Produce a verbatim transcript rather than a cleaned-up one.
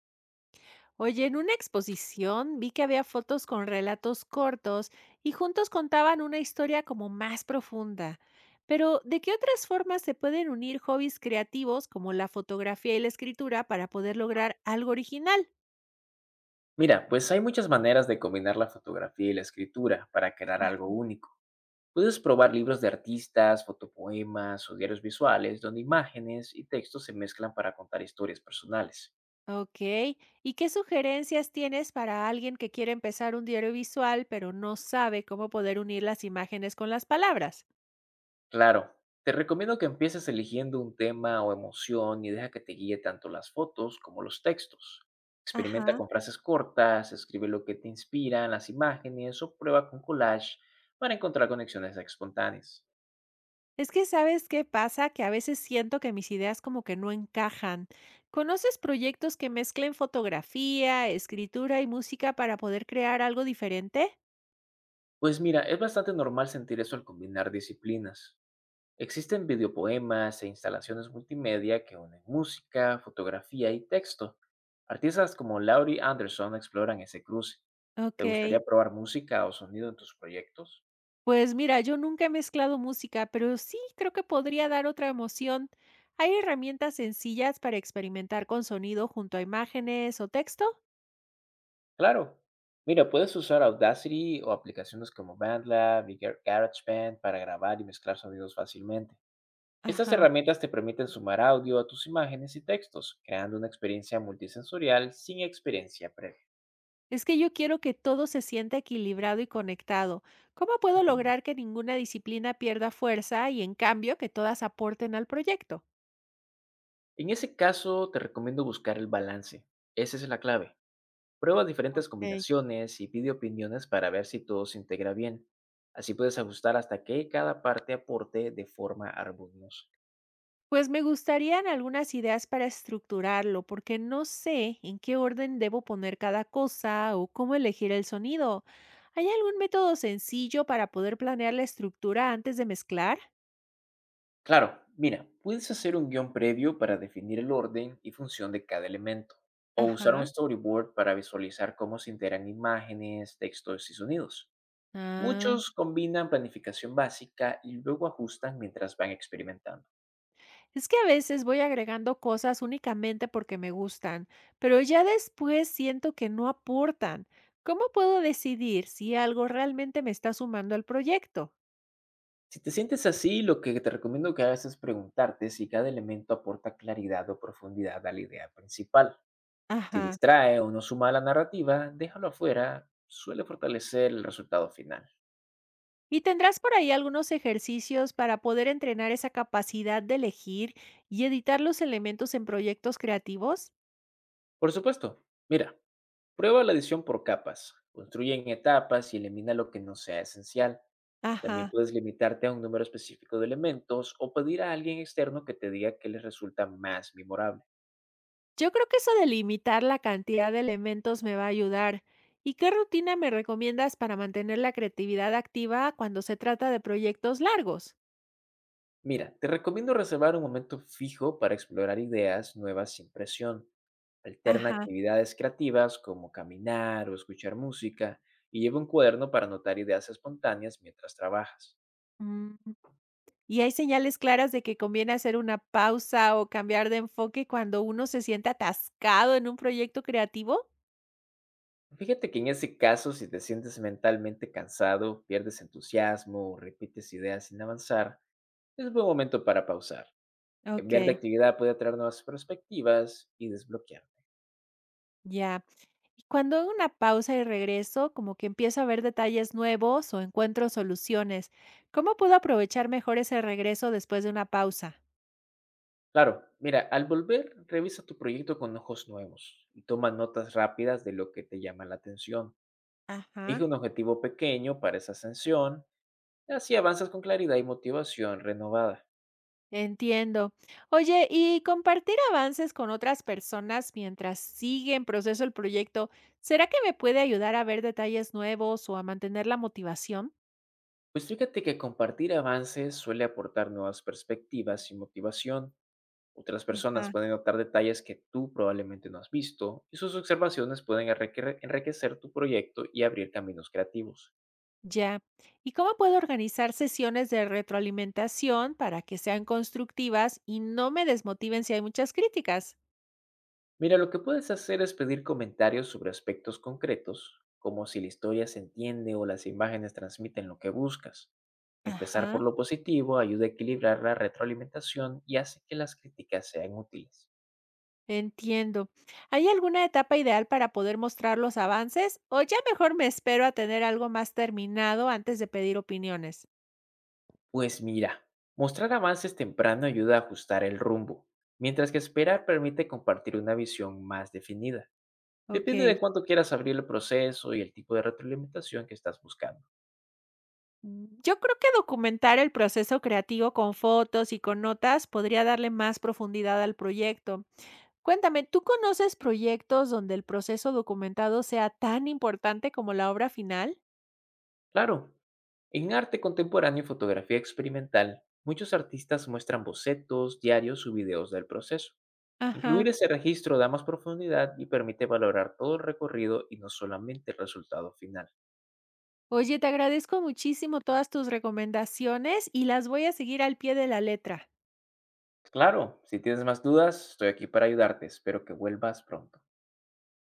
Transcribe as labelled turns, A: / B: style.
A: Oye, en una exposición vi que había fotos con relatos cortos y juntos contaban una historia como más profunda. Pero, ¿de qué otras formas se pueden unir hobbies creativos como la fotografía y la escritura para poder lograr algo original?
B: Mira, pues hay muchas maneras de combinar la fotografía y la escritura para crear algo
A: Ah.
B: único. Puedes probar libros de artistas, fotopoemas o diarios visuales donde imágenes y textos se mezclan para contar historias personales.
A: Ok, ¿y qué sugerencias tienes para alguien que quiere empezar un diario visual pero no sabe cómo poder unir las imágenes con las palabras?
B: Claro, te recomiendo que empieces eligiendo un tema o emoción y deja que te guíe tanto las fotos como los textos. Experimenta
A: Ajá.
B: con frases cortas, escribe lo que te inspira en las imágenes o prueba con collage para encontrar conexiones espontáneas.
A: Es que, ¿sabes qué pasa? Que a veces siento que mis ideas como que no encajan. ¿Conoces proyectos que mezclen fotografía, escritura y música para poder crear algo diferente?
B: Pues mira, es bastante normal sentir eso al combinar disciplinas. Existen videopoemas e instalaciones multimedia que unen música, fotografía y texto. Artistas como Laurie Anderson exploran ese cruce.
A: Ok.
B: ¿Te gustaría probar música o sonido en tus proyectos?
A: Pues mira, yo nunca he mezclado música, pero sí creo que podría dar otra emoción. ¿Hay herramientas sencillas para experimentar con sonido junto a imágenes o texto?
B: Claro. Mira, puedes usar Audacity o aplicaciones como BandLab y Gar- GarageBand para grabar y mezclar sonidos fácilmente. Estas
A: Ajá.
B: herramientas te permiten sumar audio a tus imágenes y textos, creando una experiencia multisensorial sin experiencia previa.
A: Es que yo quiero que todo se sienta equilibrado y conectado. ¿Cómo puedo
B: Ujú.
A: lograr que ninguna disciplina pierda fuerza y en cambio que todas aporten al proyecto?
B: En ese caso, te recomiendo buscar el balance. Esa es la clave. Prueba diferentes
A: Ok.
B: combinaciones y pide opiniones para ver si todo se integra bien. Así puedes ajustar hasta que cada parte aporte de forma armoniosa.
A: Pues me gustarían algunas ideas para estructurarlo, porque no sé en qué orden debo poner cada cosa o cómo elegir el sonido. ¿Hay algún método sencillo para poder planear la estructura antes de mezclar?
B: Claro, mira, puedes hacer un guión previo para definir el orden y función de cada elemento, o usar un
A: Ajá.
B: storyboard para visualizar cómo se integran imágenes, textos y sonidos.
A: Ah.
B: Muchos combinan planificación básica y luego ajustan mientras van experimentando.
A: Es que a veces voy agregando cosas únicamente porque me gustan, pero ya después siento que no aportan. ¿Cómo puedo decidir si algo realmente me está sumando al proyecto?
B: Si te sientes así, lo que te recomiendo que hagas es preguntarte si cada elemento aporta claridad o profundidad a la idea principal. Si
A: Ajá.
B: distrae o no suma a la narrativa, déjalo afuera, suele fortalecer el resultado final.
A: ¿Y tendrás por ahí algunos ejercicios para poder entrenar esa capacidad de elegir y editar los elementos en proyectos creativos?
B: Por supuesto, mira, prueba la edición por capas, construye en etapas y elimina lo que no sea esencial. También
A: Ajá.
B: puedes limitarte a un número específico de elementos o pedir a alguien externo que te diga qué les resulta más memorable.
A: Yo creo que eso de limitar la cantidad de elementos me va a ayudar. ¿Y qué rutina me recomiendas para mantener la creatividad activa cuando se trata de proyectos largos?
B: Mira, te recomiendo reservar un momento fijo para explorar ideas nuevas sin presión. Alterna
A: Ajá.
B: actividades creativas como caminar o escuchar música y lleva un cuaderno para anotar ideas espontáneas mientras trabajas.
A: mm, ¿Y hay señales claras de que conviene hacer una pausa o cambiar de enfoque cuando uno se siente atascado en un proyecto creativo?
B: Fíjate que en ese caso, si te sientes mentalmente cansado, pierdes entusiasmo o repites ideas sin avanzar, es buen momento para pausar. Cambiar de
A: Okey,
B: actividad puede traer nuevas perspectivas y desbloquear.
A: ya. Y cuando hago una pausa y regreso, como que empiezo a ver detalles nuevos o encuentro soluciones, ¿cómo puedo aprovechar mejor ese regreso después de una pausa?
B: Claro, mira, al volver, revisa tu proyecto con ojos nuevos y toma notas rápidas de lo que te llama la atención.
A: Ajá.
B: Elige un objetivo pequeño para esa ascensión y así avanzas con claridad y motivación renovada.
A: Entiendo. Oye, y compartir avances con otras personas mientras sigue en proceso el proyecto, ¿será que me puede ayudar a ver detalles nuevos o a mantener la motivación?
B: Pues fíjate que compartir avances suele aportar nuevas perspectivas y motivación. Otras personas
A: Ajá.
B: pueden notar detalles que tú probablemente no has visto y sus observaciones pueden enrique- enriquecer tu proyecto y abrir caminos creativos.
A: Ya. ¿Y cómo puedo organizar sesiones de retroalimentación para que sean constructivas y no me desmotiven si hay muchas críticas?
B: Mira, lo que puedes hacer es pedir comentarios sobre aspectos concretos, como si la historia se entiende o las imágenes transmiten lo que buscas. Empezar
A: Ajá.
B: por lo positivo ayuda a equilibrar la retroalimentación y hace que las críticas sean útiles.
A: Entiendo. ¿Hay alguna etapa ideal para poder mostrar los avances o ya mejor me espero a tener algo más terminado antes de pedir opiniones?
B: Pues mira, mostrar avances temprano ayuda a ajustar el rumbo, mientras que esperar permite compartir una visión más definida. Depende
A: Ok.
B: de cuánto quieras abrir el proceso y el tipo de retroalimentación que estás buscando.
A: Mm, Yo creo que documentar el proceso creativo con fotos y con notas podría darle más profundidad al proyecto. Cuéntame, ¿tú conoces proyectos donde el proceso documentado sea tan importante como la obra final?
B: Claro, en arte contemporáneo y fotografía experimental, muchos artistas muestran bocetos, diarios o videos del proceso. Incluir
A: Ajá.
B: ese registro da más profundidad y permite valorar todo el recorrido y no solamente el resultado final.
A: Oye, te agradezco muchísimo todas tus recomendaciones y las voy a seguir al pie de la letra.
B: Claro, si tienes más dudas, estoy aquí para ayudarte. Espero que vuelvas pronto.